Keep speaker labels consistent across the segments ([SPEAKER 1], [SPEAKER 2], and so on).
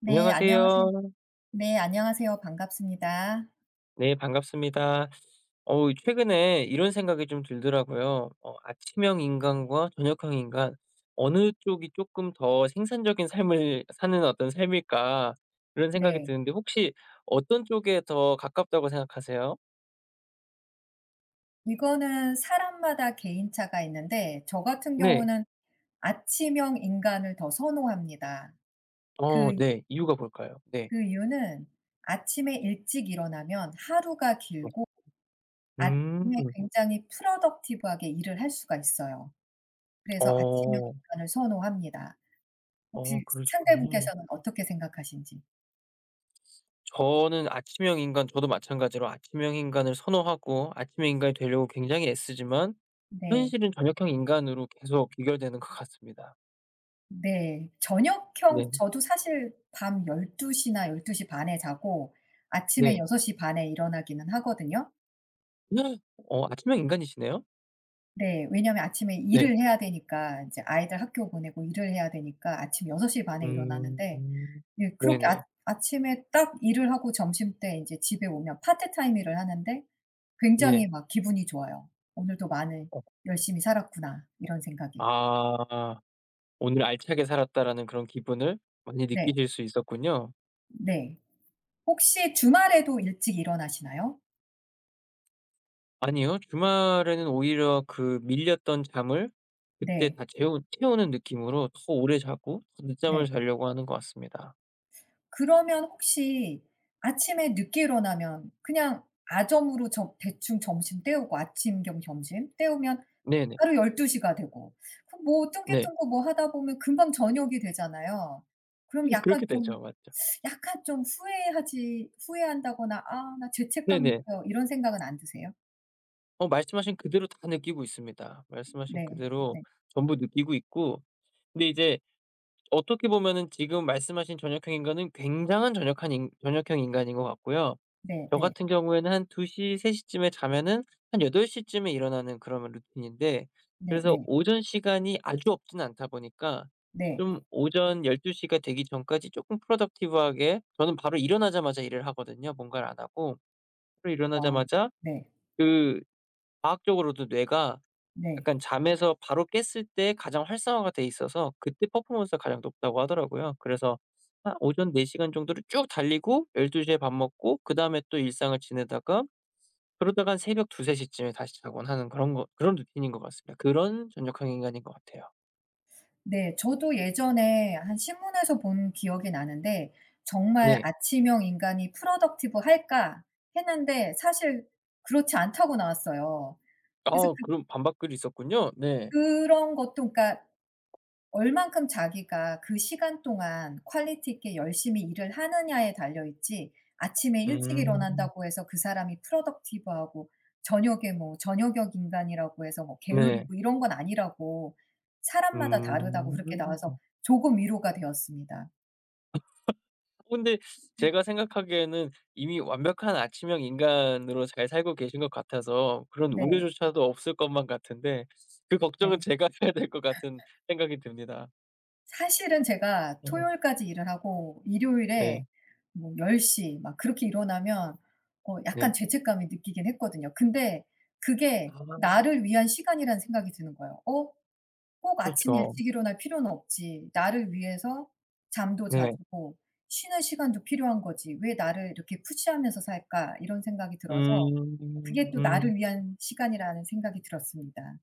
[SPEAKER 1] 네, 안녕하세요.
[SPEAKER 2] 안녕하세요.
[SPEAKER 1] 네, 안녕하세요. 반갑습니다.
[SPEAKER 2] 네, 반갑습니다. 어우, 최근에 이런 생각이 좀 들더라고요. '아침형 인간과 저녁형 인간 어느 쪽이 조금 더 생산적인 삶을 사는 어떤 삶일까?' 이런 생각이
[SPEAKER 1] 네.
[SPEAKER 2] 드는데 혹시 어떤 쪽에 더 가깝다고 생각하세요?
[SPEAKER 1] 이거는 사람마다 개인차가 있는데 저 같은
[SPEAKER 2] 네.
[SPEAKER 1] 경우는 아침형 인간을 더 선호합니다. 그
[SPEAKER 2] 네. 이유가 뭘까요? 네.
[SPEAKER 1] 그 이유는 아침에 일찍 일어나면 하루가
[SPEAKER 2] 네.
[SPEAKER 1] 길고
[SPEAKER 2] 음.
[SPEAKER 1] 아침에 굉장히 프로덕티브하게 일을 할 수가 있어요. 그래서 아침형
[SPEAKER 2] 어.
[SPEAKER 1] 인간을 선호합니다. 혹시
[SPEAKER 2] 그러시군요.
[SPEAKER 1] 상대분께서는 어떻게 생각하신지?
[SPEAKER 2] 저는 아침형 인간 저도 마찬가지로 아침형 인간을 선호하고 아침형 인간이 되려고 굉장히 애쓰지만
[SPEAKER 1] 네.
[SPEAKER 2] 현실은 저녁형 인간으로 계속 귀결되는 것 같습니다.
[SPEAKER 1] 네.
[SPEAKER 2] 네.
[SPEAKER 1] 저녁형 저도 사실 밤 1 2시나1 2시반에 자고 아침에
[SPEAKER 2] 네.
[SPEAKER 1] 6시 반에 일어나기는 하거든요.
[SPEAKER 2] 아침형 인간이시네요?
[SPEAKER 1] 네. 왜냐하면 아침에
[SPEAKER 2] 네.
[SPEAKER 1] 일을 해야 되니까 인제 아이들 학교 보내고 일을 해야 되니까 아침 6시 반에
[SPEAKER 2] 음.
[SPEAKER 1] 일어나는데 예 그렇게
[SPEAKER 2] 네네.
[SPEAKER 1] 아침에 딱 일을 하고 점심때 인제 집에 오면 파트타임 일을 하는데
[SPEAKER 2] 네.
[SPEAKER 1] 굉장히 막 기분이 좋아요. '오늘도 많은
[SPEAKER 2] 어
[SPEAKER 1] 열심히 살았구나.' 이런 생각이.
[SPEAKER 2] 아. '오늘 알차게 살았다.'라는 그런 기분을 많이
[SPEAKER 1] 네.
[SPEAKER 2] 느끼실 수 있었군요.
[SPEAKER 1] 네. 혹시 주말에도 일찍 일어나시나요?
[SPEAKER 2] 아니요. 주말에는 오히려 그 밀렸던 잠을 그때
[SPEAKER 1] 네.
[SPEAKER 2] 다 재우 채우는 느낌으로 더 오래 자고 더 늦잠을
[SPEAKER 1] 네.
[SPEAKER 2] 자려고 하는 것 같습니다.
[SPEAKER 1] 그러면 혹시 아침에 늦게 일어나면 그냥 아점으로 저 대충 점심 때우고 아침 겸 점심 때우면
[SPEAKER 2] 네네.
[SPEAKER 1] 하루 12 시가 되고 그 뭐
[SPEAKER 2] 네.
[SPEAKER 1] 뚱기뚱기 뭐 하다 보면 금방 저녁이 되잖아요. 그럼 약간
[SPEAKER 2] 그렇게
[SPEAKER 1] 좀
[SPEAKER 2] 되죠. 맞죠.
[SPEAKER 1] 약간 좀 후회하지 후회한다거나 '아 나 죄책감
[SPEAKER 2] 네네.
[SPEAKER 1] 느껴.' 이런 생각은 안 드세요?
[SPEAKER 2] 말씀하신 그대로 다 느끼고 있습니다. 말씀하신
[SPEAKER 1] 네.
[SPEAKER 2] 그대로
[SPEAKER 1] 네.
[SPEAKER 2] 전부 느끼고 있고 근데 이제 어떻게 보면은 지금 말씀하신 저녁형 인간은 굉장한 저녁한 인 저녁형 인간인 것 같고요. 저
[SPEAKER 1] 네네.
[SPEAKER 2] 같은 경우에는 한2시세3 쯤에 자면은 한8덟시 쯤에 일어나는 그런 루틴인데 그래서
[SPEAKER 1] 네네.
[SPEAKER 2] 오전 시간이 아주 없진 않다 보니까
[SPEAKER 1] 네.
[SPEAKER 2] 좀 오전 1 2시가 되기 전까지 조금 프로덕티브 하게 저는 바로 일어나자마자 일을 하거든요, 뭔가를 안 하고. 바로
[SPEAKER 1] 아
[SPEAKER 2] 일어나자마자
[SPEAKER 1] 네.
[SPEAKER 2] 그 과학적으로도 뇌가
[SPEAKER 1] 네.
[SPEAKER 2] 약간 잠에서 바로 깼을 때 가장 활성화가 돼 있어서 그때 퍼포먼스가 가장 높다고 하더라고요. 그래서 한 오전 4 시간 정도를 쭉 달리고 12 시에 밥 먹고 그다음에 또 일상을 지내다가 그러다가 한 새벽 2-3 시쯤에 다시 자곤 하는 그런 거 그런 루틴인 것 같습니다. 그런 전력형 인간인 것 같아요.
[SPEAKER 1] 네. 저도 예전에 한 신문에서 본 기억이 나는데 정말
[SPEAKER 2] 네.
[SPEAKER 1] '아침형 인간이 productive할까?' 했는데 사실 그렇지 않다고 나왔어요. 그래서
[SPEAKER 2] 아 그럼 반박글이 있었군요. 네.
[SPEAKER 1] 그런 것도 그러니까 얼만큼 자기가 그 시간 동안 퀄리티 있게 열심히 일을 하느냐에 달려 있지 아침에 일찍
[SPEAKER 2] 음.
[SPEAKER 1] 일어난다고 해서 그 사람이 프로덕티브 하고 저녁에 뭐 저녁역 인간이라고 해서 뭐
[SPEAKER 2] 네.
[SPEAKER 1] 게으르고 이런 건 아니라고 사람마다 다르다고 그렇게 나와서
[SPEAKER 2] 음.
[SPEAKER 1] 조금 위로가 되었습니다.
[SPEAKER 2] 근데 제가 생각하기에는 이미 완벽한 아침형 인간으로 잘 살고 계신 것 같아서 그런
[SPEAKER 1] 네.
[SPEAKER 2] 우려조차도 없을 것만 같은데 그 걱정은
[SPEAKER 1] 네.
[SPEAKER 2] 제가 해야 될 것 같은 생각이 듭니다.
[SPEAKER 1] 사실은 제가
[SPEAKER 2] 음.
[SPEAKER 1] 토요일까지 일을 하고 일요일에
[SPEAKER 2] 네.
[SPEAKER 1] 뭐1 0막 그렇게 일어나면 어 약간
[SPEAKER 2] 네.
[SPEAKER 1] 죄책감이 느끼긴 했거든요. 근데 그게
[SPEAKER 2] 아
[SPEAKER 1] 나를 위한 시간이라는 생각이 드는 거예요. '어 꼭 아침
[SPEAKER 2] 그렇죠.
[SPEAKER 1] 일찍 일어날 필요는 없지. 나를 위해서 잠도
[SPEAKER 2] 네.
[SPEAKER 1] 자주고 쉬는 시간도 필요한 거지. 왜 나를 이렇게 푸시하면서 살까?' 이런 생각이 들어서 그게
[SPEAKER 2] 음.
[SPEAKER 1] 또
[SPEAKER 2] 음.
[SPEAKER 1] 나를 위한 시간이라는 생각이 들었습니다.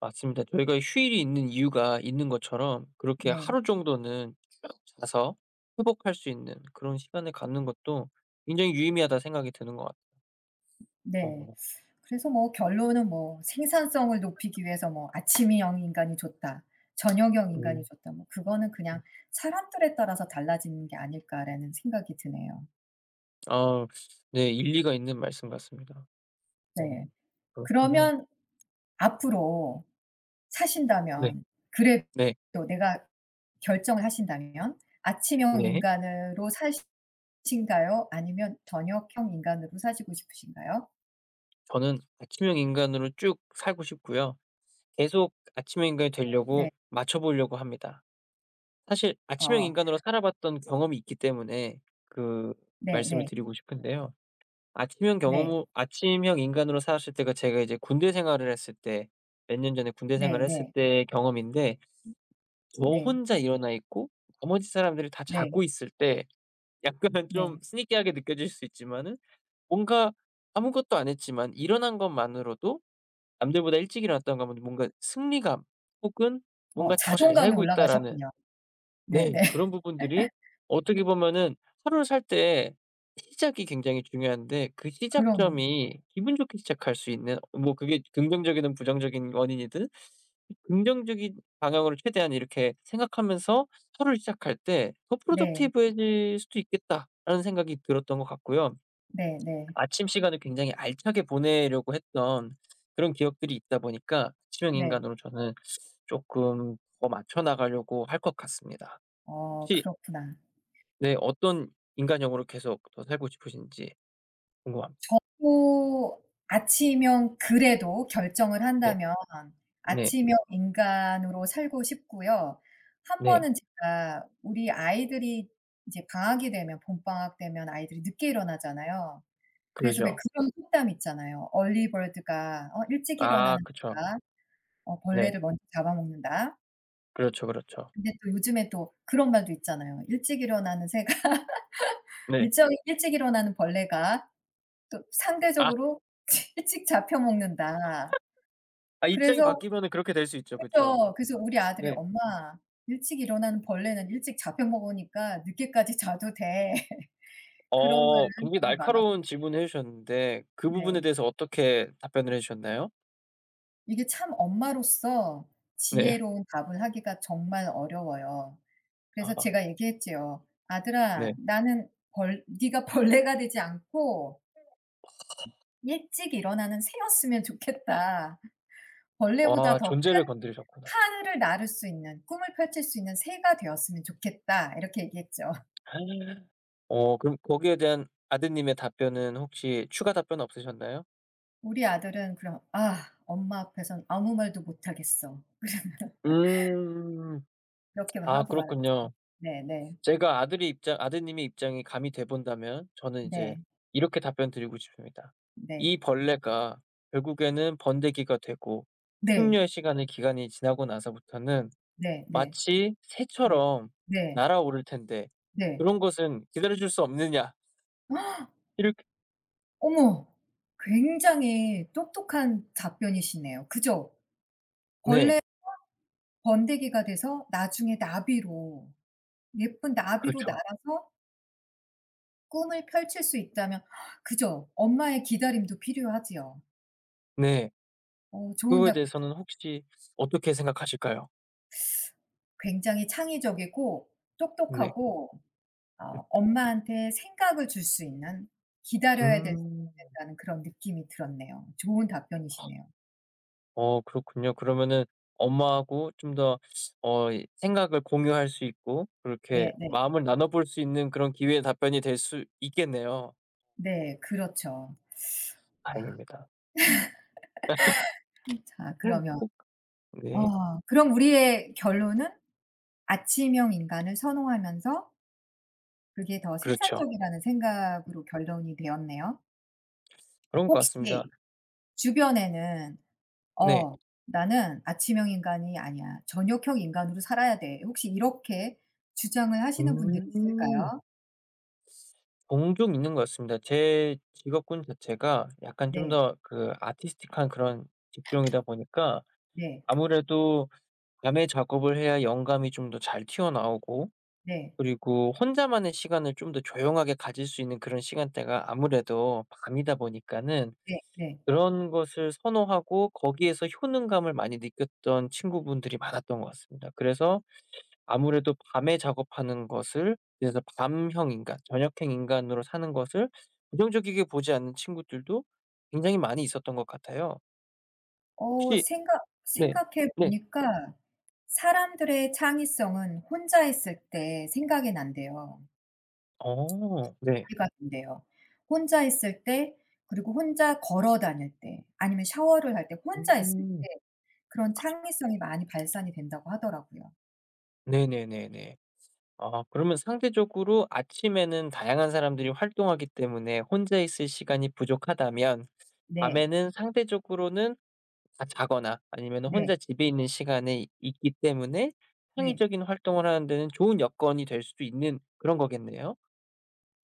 [SPEAKER 2] 맞습니다. 저희가 휴일이 있는 이유가 있는 것처럼 그렇게
[SPEAKER 1] 네.
[SPEAKER 2] 하루 정도는 쭉 자서 회복할 수 있는 그런 시간을 갖는 것도 굉장히 유의미하다 생각이 드는 것 같아요.
[SPEAKER 1] 네.
[SPEAKER 2] 어.
[SPEAKER 1] 그래서 뭐 결론은 뭐 생산성을 높이기 위해서 뭐 '아침형 인간이 좋다. 저녁형 인간이
[SPEAKER 2] 음.
[SPEAKER 1] 좋다.' 뭐 그거는 그냥 '사람들에 따라서 달라지는 게 아닐까.'라는 생각이 드네요.
[SPEAKER 2] 아 네. 일리가 있는 말씀 같습니다.
[SPEAKER 1] 네.
[SPEAKER 2] 어 그렇군요.
[SPEAKER 1] 그러면 앞으로
[SPEAKER 2] 네.
[SPEAKER 1] 사신다면 그래도
[SPEAKER 2] 네.
[SPEAKER 1] 내가 결정을 하신다면 아침형
[SPEAKER 2] 네.
[SPEAKER 1] 인간으로 사신가요 아니면 저녁형 인간으로 사시고 싶으신가요?
[SPEAKER 2] 저는 아침형 인간으로 쭉 살고 싶고요. 계속 아침형 인간이 되려고
[SPEAKER 1] 네.
[SPEAKER 2] 맞춰 보려고 합니다. 사실 아침형
[SPEAKER 1] 어
[SPEAKER 2] 인간으로 살아봤던 경험이 있기 때문에 그 말씀을
[SPEAKER 1] 네네.
[SPEAKER 2] 드리고 싶은데요. 아침형 경험
[SPEAKER 1] 네.
[SPEAKER 2] 후 아침형 인간으로 살았을 때가 제가 이제 군대 생활을 했을 때 몇 년 전에 군대 생활을
[SPEAKER 1] 네네.
[SPEAKER 2] 했을
[SPEAKER 1] 네.
[SPEAKER 2] 때의 경험인데 저
[SPEAKER 1] 네.
[SPEAKER 2] 혼자 일어나 있고 나머지 사람들이 다
[SPEAKER 1] 네. 네.
[SPEAKER 2] 자고 있을 때 약간 좀
[SPEAKER 1] 네.
[SPEAKER 2] 스니키하게 느껴질 수 있지만은 뭔가 아무것도 안 했지만 일어난 것만으로도 남들보다 일찍 일어났다는 건 뭔가 승리감 혹은
[SPEAKER 1] 어
[SPEAKER 2] 뭔가 '더 잘
[SPEAKER 1] 자존감이
[SPEAKER 2] 살고 있다.'라는
[SPEAKER 1] 올라가셨군요.
[SPEAKER 2] 네.
[SPEAKER 1] 네네.
[SPEAKER 2] 그런 부분들이 어떻게 보면은 하루를 살 때 시작이 굉장히 중요한데 그
[SPEAKER 1] 그럼요.
[SPEAKER 2] 시작점이 기분 좋게 시작할 수 있는 뭐 그게 긍정적이든 부정적인 원인이든 긍정적인 방향으로 최대한 이렇게 생각하면서 하루를 시작할 때 '더 프로덕
[SPEAKER 1] 네.
[SPEAKER 2] 티브해질 수도 있겠다.'라는 생각이 들었던 것 같고요.
[SPEAKER 1] 네네. 네.
[SPEAKER 2] 아침 시간을 굉장히 알차게 보내려고 했던 그런 기억들이 있다 보니까 치명
[SPEAKER 1] 네.
[SPEAKER 2] 인간으로 저는 조금 더 맞춰 나가려고 할 것 같습니다.
[SPEAKER 1] 어
[SPEAKER 2] 혹시
[SPEAKER 1] 그렇구나.
[SPEAKER 2] 네. 어떤 인간형으로 계속 더 살고 싶으신지 궁금합니다.
[SPEAKER 1] 저도 아침형 그래도 결정을
[SPEAKER 2] 네.
[SPEAKER 1] 한다면
[SPEAKER 2] 네.
[SPEAKER 1] 아침형 인간으로 살고 싶고요. 한
[SPEAKER 2] 네.
[SPEAKER 1] 번은 제가 우리 아이들이 이제 방학이 되면 봄방학 되면 아이들이 늦게 일어나잖아요. 그래서 왜
[SPEAKER 2] 그러죠.
[SPEAKER 1] 그런 속담 있잖아요. "얼리 버드가 어 일찍
[SPEAKER 2] 아
[SPEAKER 1] 일어나는
[SPEAKER 2] 그쵸.
[SPEAKER 1] 새가 어
[SPEAKER 2] 네.
[SPEAKER 1] 벌레를 먼저 잡아먹는다."
[SPEAKER 2] 그렇죠, 그렇죠.
[SPEAKER 1] 근데 또 요즘에 또 그런 말도 있잖아요. "일찍 일어나는 새가
[SPEAKER 2] 네.
[SPEAKER 1] 일정 일찍 일어나는 벌레가 또
[SPEAKER 2] 아
[SPEAKER 1] 상대적으로 일찍 잡혀 먹는다."
[SPEAKER 2] 아 입장이
[SPEAKER 1] 그래서
[SPEAKER 2] 바뀌면은 그렇게 될 수 있죠. 그쵸.
[SPEAKER 1] 그죠. 그래서 우리 아들이
[SPEAKER 2] 네.
[SPEAKER 1] "엄마 일찍 일어나는 벌레는 일찍 잡혀 먹으니까 늦게까지 자도 돼." 그런 말을 한
[SPEAKER 2] 굉장히
[SPEAKER 1] 적이 많아서
[SPEAKER 2] 날카로운 질문을 해 주셨는데 그 부분에
[SPEAKER 1] 네.
[SPEAKER 2] 대해서 어떻게 답변을 해 주셨나요?
[SPEAKER 1] 이게 참 엄마로서
[SPEAKER 2] 네.
[SPEAKER 1] 지혜로운 답을 하기가 정말 어려워요. 그래서
[SPEAKER 2] 아
[SPEAKER 1] 제가 얘기했지요. "아들아
[SPEAKER 2] 네.
[SPEAKER 1] 나는 벌 네가 벌레가 되지 않고 '일찍 일어나는 새였으면 좋겠다. 벌레보다
[SPEAKER 2] 와
[SPEAKER 1] 더 큰
[SPEAKER 2] 존재를 건드리셨구나.
[SPEAKER 1] 하늘을 나를 수 있는 꿈을 펼칠 수 있는 새가 되었으면 좋겠다.' 이렇게 얘기했죠.
[SPEAKER 2] 그럼 거기에 대한 아드님의 답변은 혹시 추가 답변 없으셨나요?
[SPEAKER 1] 우리 아들은 그럼 "아 엄마 앞에선 아무 말도 못 하겠어."
[SPEAKER 2] 음.
[SPEAKER 1] 그렇게 막
[SPEAKER 2] 아
[SPEAKER 1] 하고 말았죠.
[SPEAKER 2] 그렇군요.
[SPEAKER 1] 네네.
[SPEAKER 2] 제가 아들의 입장 아드님의 입장이 감이 돼 본다면 저는 이제
[SPEAKER 1] 네.
[SPEAKER 2] 이렇게 답변 드리고 싶습니다.
[SPEAKER 1] 네.
[SPEAKER 2] 이 벌레가 결국에는 번데기가 되고
[SPEAKER 1] 네.
[SPEAKER 2] 숙녀의 시간의 기간이 지나고 나서부터는
[SPEAKER 1] 네. 네.
[SPEAKER 2] 마치
[SPEAKER 1] 네.
[SPEAKER 2] 새처럼
[SPEAKER 1] 네.
[SPEAKER 2] 날아오를 텐데
[SPEAKER 1] 네. 네.
[SPEAKER 2] 그런 것은 기다려 줄 수 없느냐. 이렇게
[SPEAKER 1] 어머. 굉장히 똑똑한 답변이시네요. 그죠?
[SPEAKER 2] 네.
[SPEAKER 1] 벌레 번데기가 돼서 나중에 나비로 예쁜 나비로
[SPEAKER 2] 그렇죠.
[SPEAKER 1] 날아서 꿈을 펼칠 수 있다면 그죠. 엄마의 기다림도 필요하지요.
[SPEAKER 2] 네.
[SPEAKER 1] 어 좋은
[SPEAKER 2] 그거에
[SPEAKER 1] 답
[SPEAKER 2] 대해서는 혹시 어떻게 생각하실까요?
[SPEAKER 1] 굉장히 창의적이고
[SPEAKER 2] 네.
[SPEAKER 1] 똑똑하고
[SPEAKER 2] 음.
[SPEAKER 1] 어 엄마한테 생각을 줄 수 있는 기다려야 될
[SPEAKER 2] 음.
[SPEAKER 1] 된다는 그런 느낌이 들었네요. 좋은 답변이시네요.
[SPEAKER 2] 그렇군요. 그러면은 엄마하고 좀 더 이 생각을 공유할 수 있고 그렇게
[SPEAKER 1] 네 네.
[SPEAKER 2] 마음을 나눠 볼 수 있는 그런 기회의 답변이 될 수 있겠네요.
[SPEAKER 1] 네 그렇죠. 와
[SPEAKER 2] 다행입니다.
[SPEAKER 1] 자
[SPEAKER 2] 음. 네.
[SPEAKER 1] 그러면
[SPEAKER 2] 꼭- 네,
[SPEAKER 1] 어 그럼 우리의 결론은 아침형 인간을 선호하면서 그게 더
[SPEAKER 2] 그렇죠.
[SPEAKER 1] 생산적이라는 생각으로 결론이 되었네요.
[SPEAKER 2] 그런 것 같습니다.
[SPEAKER 1] 혹시 주변에는
[SPEAKER 2] 네.
[SPEAKER 1] "어 나는 아침형 인간이 아니야. 저녁형 인간으로 살아야 돼." 혹시 이렇게 주장을 하시는 분들이
[SPEAKER 2] 음.
[SPEAKER 1] 있을까요?
[SPEAKER 2] 종종 있는 것 같습니다. 제 직업군 자체가 약간 좀
[SPEAKER 1] 네.
[SPEAKER 2] 더 그 아티스틱한 그런 직종이다 보니까
[SPEAKER 1] 네.
[SPEAKER 2] 아무래도 밤에 작업을 해야 영감이 좀 더 잘 튀어나오고
[SPEAKER 1] 네.
[SPEAKER 2] 그리고 혼자만의 시간을 좀 더 조용하게 가질 수 있는 그런 시간대가 아무래도 밤이다 보니까는
[SPEAKER 1] 네. 네.
[SPEAKER 2] 그런 것을 선호하고 거기에서 효능감을 많이 느꼈던 친구분들이 많았던 것 같습니다. 그래서 아무래도 밤에 작업하는 것을 그래서 밤형 인간, 저녁형 인간으로 사는 것을 부정적이게 보지 않는 친구들도 굉장히 많이 있었던 것 같아요.
[SPEAKER 1] 어
[SPEAKER 2] 혹시 네.
[SPEAKER 1] 생각해
[SPEAKER 2] 네.
[SPEAKER 1] 보니까 사람들의 창의성은 혼자 있을 때 생각이 난대요.
[SPEAKER 2] 어 네.
[SPEAKER 1] 이해가 된대요. 혼자 있을 때 그리고 혼자 걸어 다닐 때 아니면 샤워를 할 때 혼자 있을
[SPEAKER 2] 음.
[SPEAKER 1] 때 그런 창의성이 많이 발산이 된다고 하더라고요.
[SPEAKER 2] 네네네네. 아 그러면 상대적으로 아침에는 다양한 사람들이 활동하기 때문에 혼자 있을 시간이 부족하다면
[SPEAKER 1] 네.
[SPEAKER 2] 밤에는 상대적으로는 다 자거나 아니면
[SPEAKER 1] 네.
[SPEAKER 2] 혼자 집에 있는 시간에 있기 때문에
[SPEAKER 1] 네.
[SPEAKER 2] 창의적인 활동을 하는 데는 좋은 여건이 될 수도 있는 그런 거겠네요.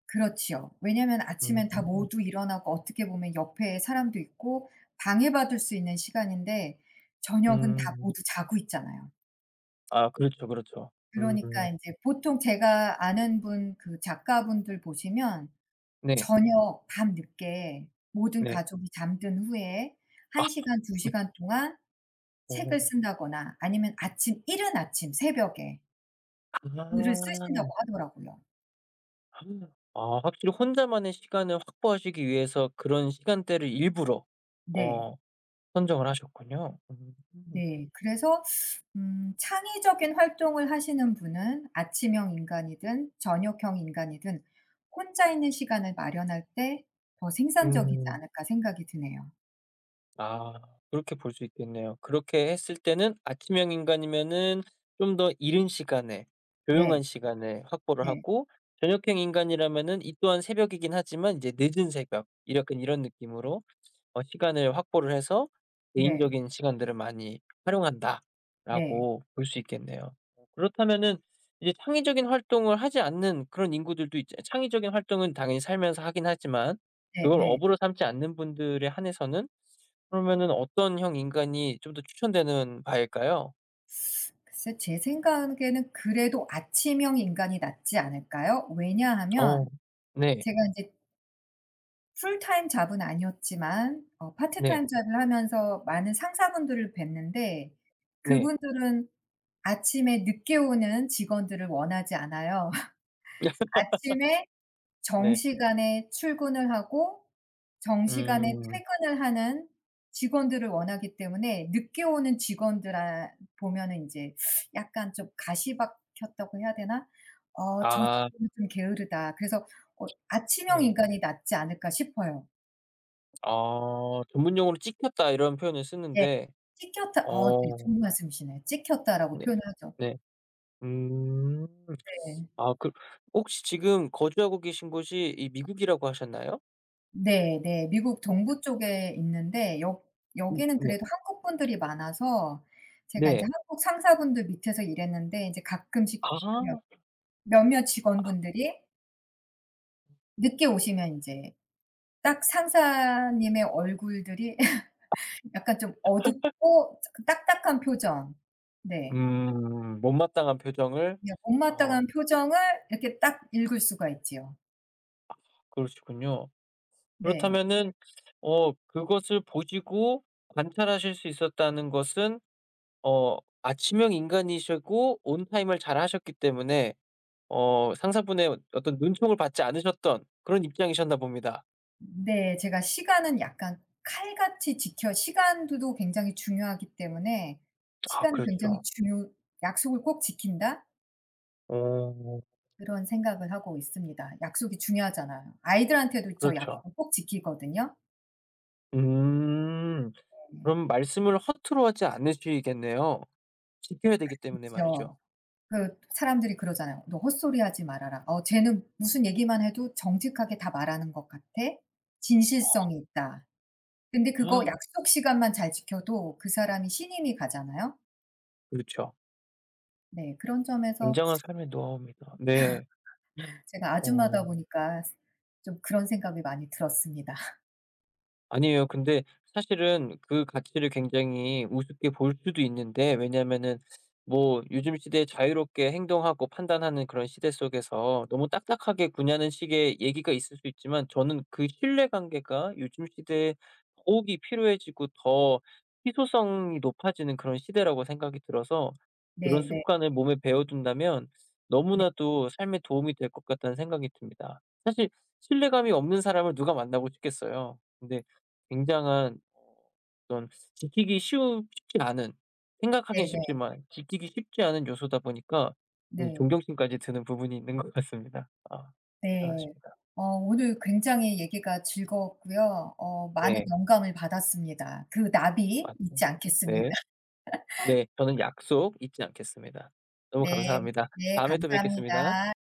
[SPEAKER 1] 그렇지요. 왜냐면 아침엔 다
[SPEAKER 2] 음.
[SPEAKER 1] 모두 일어나고 어떻게 보면 옆에 사람도 있고 방해받을 수 있는 시간인데 저녁은 다
[SPEAKER 2] 음.
[SPEAKER 1] 모두 자고 있잖아요.
[SPEAKER 2] 아 그렇죠, 그렇죠. 음.
[SPEAKER 1] 그러니까 인제 보통 제가 아는 분 그 작가분들 보시면
[SPEAKER 2] 네.
[SPEAKER 1] 저녁 밤늦게 모든
[SPEAKER 2] 네.
[SPEAKER 1] 가족이 잠든 후에 1 시간, 2 시간 동안 책을 쓴다거나 아니면 아침 이른 아침 새벽에
[SPEAKER 2] 오,
[SPEAKER 1] 글을 쓰신다고
[SPEAKER 2] 아.
[SPEAKER 1] 하더라고요.
[SPEAKER 2] 아 확실히 혼자만의 시간을 확보하시기 위해서 그런 시간대를 일부러
[SPEAKER 1] 네.
[SPEAKER 2] 어 선정을 하셨군요. 음.
[SPEAKER 1] 네. 그래서 창의적인 활동을 하시는 분은 아침형 인간이든 저녁형 인간이든 '혼자 있는 시간을 마련할 때 더 생산적이지
[SPEAKER 2] 음.
[SPEAKER 1] 않을까.' 생각이 드네요.
[SPEAKER 2] 아 그렇게 볼 수 있겠네요. 그렇게 했을 때는 아침형 인간이면은 좀 더 이른 시간에
[SPEAKER 1] 네.
[SPEAKER 2] 조용한 시간에 확보를
[SPEAKER 1] 네.
[SPEAKER 2] 하고 저녁형 인간이라면은 이 또한 새벽이긴 하지만 이제 늦은 새벽 이 약간 이런 느낌으로 시간을 확보를 해서
[SPEAKER 1] 네.
[SPEAKER 2] '개인적인 시간들을 많이
[SPEAKER 1] 네.
[SPEAKER 2] 활용한다.'라고 볼 수 있겠네요. 그렇다면은 이제 창의적인 활동을 하지 않는 그런 인구들도 있죠 창의적인 활동은 당연히 살면서 하긴 하지만
[SPEAKER 1] 네
[SPEAKER 2] 그걸
[SPEAKER 1] 네.
[SPEAKER 2] 업으로 삼지 않는 분들에 한해서는 그러면은 어떤 형 인간이 좀 더 추천되는 바일까요?
[SPEAKER 1] 글쎄 제 생각에는 그래도 아침형 인간이 낫지 않을까요?
[SPEAKER 2] 어.
[SPEAKER 1] 왜냐하면
[SPEAKER 2] 네.
[SPEAKER 1] 제가 인제 풀타임 잡은 아니었지만 어
[SPEAKER 2] 네.
[SPEAKER 1] 파트타임 잡을 하면서 많은 상사분들을 뵀는데
[SPEAKER 2] 네.
[SPEAKER 1] 그분들은 아침에 늦게 오는 직원들을 원하지 않아요. 아침에
[SPEAKER 2] 네.
[SPEAKER 1] 정시간에 출근을 하고 정시간에
[SPEAKER 2] 음.
[SPEAKER 1] 퇴근을 하는 직원들을 원하기 때문에 늦게 오는 직원들 아 보면은 인제 약간 좀 가시박혔다고 해야 되나? '어 저
[SPEAKER 2] 아
[SPEAKER 1] 직원은 좀 게으르다.' 그래서 어 '아침형
[SPEAKER 2] 네.
[SPEAKER 1] 인간이 낫지 않을까?' 싶어요.
[SPEAKER 2] 아 전문용어로 "찍혔다." 이런 표현을
[SPEAKER 1] 네.
[SPEAKER 2] 쓰는데
[SPEAKER 1] "찍혔다." 어 네.
[SPEAKER 2] 어
[SPEAKER 1] 좋은 말씀이시네요. "찍혔다."라고
[SPEAKER 2] 네.
[SPEAKER 1] 표현하죠.
[SPEAKER 2] 네. 음.
[SPEAKER 1] 네.
[SPEAKER 2] 아 그 혹시 지금 거주하고 계신 곳이 이 미국이라고 하셨나요?
[SPEAKER 1] 네 네. 미국 동부 쪽에 있는데 여 여기는
[SPEAKER 2] 네.
[SPEAKER 1] 그래도 한국 분들이 많아서 제가
[SPEAKER 2] 네.
[SPEAKER 1] 인제 한국 상사분들 밑에서 일했는데 인제 가끔씩
[SPEAKER 2] 아.
[SPEAKER 1] 몇 몇몇 직원분들이 늦게 오시면 인제 딱 상사님의 얼굴들이 약간 좀 어둡고 그 딱딱한 표정. 네.
[SPEAKER 2] 음. 못마땅한 표정을
[SPEAKER 1] 그냥
[SPEAKER 2] 어
[SPEAKER 1] 못마땅한 표정을 이렇게 딱 읽을 수가 있지요.
[SPEAKER 2] 그러시군요.
[SPEAKER 1] 네.
[SPEAKER 2] 그렇다면은 그것을 보시고 관찰하실 수 있었다는 것은 어 아침형 인간이시고 온타임을 잘하셨기 때문에 상사분의 어떤 눈총을 받지 않으셨던 그런 입장이셨나 봅니다.
[SPEAKER 1] 네. 제가 시간은 약간 칼같이 지켜 시간도 굉장히 중요하기 때문에
[SPEAKER 2] 아
[SPEAKER 1] '시간은 굉장히
[SPEAKER 2] 그렇죠.
[SPEAKER 1] 중요 약속을 꼭 지킨다.'
[SPEAKER 2] 어
[SPEAKER 1] 그런 생각을 하고 있습니다. 약속이 중요하잖아요. 아이들한테도 저
[SPEAKER 2] 그렇죠.
[SPEAKER 1] 약속 꼭 지키거든요.
[SPEAKER 2] 음.
[SPEAKER 1] 네.
[SPEAKER 2] 그럼 말씀을 허투루 하지 않으시겠네요. 지켜야 되기 때문에
[SPEAKER 1] 그쵸.
[SPEAKER 2] 말이죠.
[SPEAKER 1] 그 사람들이 그러잖아요. "너 헛소리하지 말아라." "어 쟤는 무슨 얘기만 해도 정직하게 다 말하는 것 같아. 진실성이 있다." 근데 그거
[SPEAKER 2] 아
[SPEAKER 1] 약속 시간만 잘 지켜도 그 사람이 신임이 가잖아요.
[SPEAKER 2] 그렇죠.
[SPEAKER 1] 네. 그런 점에서
[SPEAKER 2] 굉장한 삶의 노하우입니다. 네.
[SPEAKER 1] 제가 아주마다
[SPEAKER 2] 어.
[SPEAKER 1] 보니까 좀 그런 생각이 많이 들었습니다.
[SPEAKER 2] 아니에요. 근데 사실은 그 가치를 굉장히 우습게 볼 수도 있는데 왜냐면은 뭐 요즘 시대에 자유롭게 행동하고 판단하는 그런 시대 속에서 너무 딱딱하게 구냐는 식의 얘기가 있을 수 있지만 저는 그 신뢰관계가 요즘 시대에 더욱이 필요해지고 더 희소성이 높아지는 그런 시대라고 생각이 들어서 그런
[SPEAKER 1] 네네.
[SPEAKER 2] 습관을 몸에 배워둔다면
[SPEAKER 1] 네
[SPEAKER 2] 너무나도 삶에 도움이 될 것 같다는 생각이 듭니다. 사실 신뢰감이 없는 사람을 누가 만나고 싶겠어요. 근데 굉장한 어떤 지키기 쉬우 쉽지 않은 생각하긴
[SPEAKER 1] 네네.
[SPEAKER 2] 쉽지만 지키기 쉽지 않은 요소다 보니까 이
[SPEAKER 1] 네.
[SPEAKER 2] 존경심까지 드는 부분이 있는 것 같습니다. 아
[SPEAKER 1] 네. 네.
[SPEAKER 2] 대단하십니다.
[SPEAKER 1] 어 오늘 굉장히 얘기가 즐거웠고요. 어 많은
[SPEAKER 2] 네.
[SPEAKER 1] 영감을 받았습니다. 그 나비 잊지
[SPEAKER 2] 맞습니다.
[SPEAKER 1] 않겠습니다.
[SPEAKER 2] 네. 네. 저는 약속 잊지 않겠습니다. 너무
[SPEAKER 1] 네.
[SPEAKER 2] 감사합니다.
[SPEAKER 1] 네
[SPEAKER 2] 다음에 또 뵙겠습니다.
[SPEAKER 1] 감사합니다.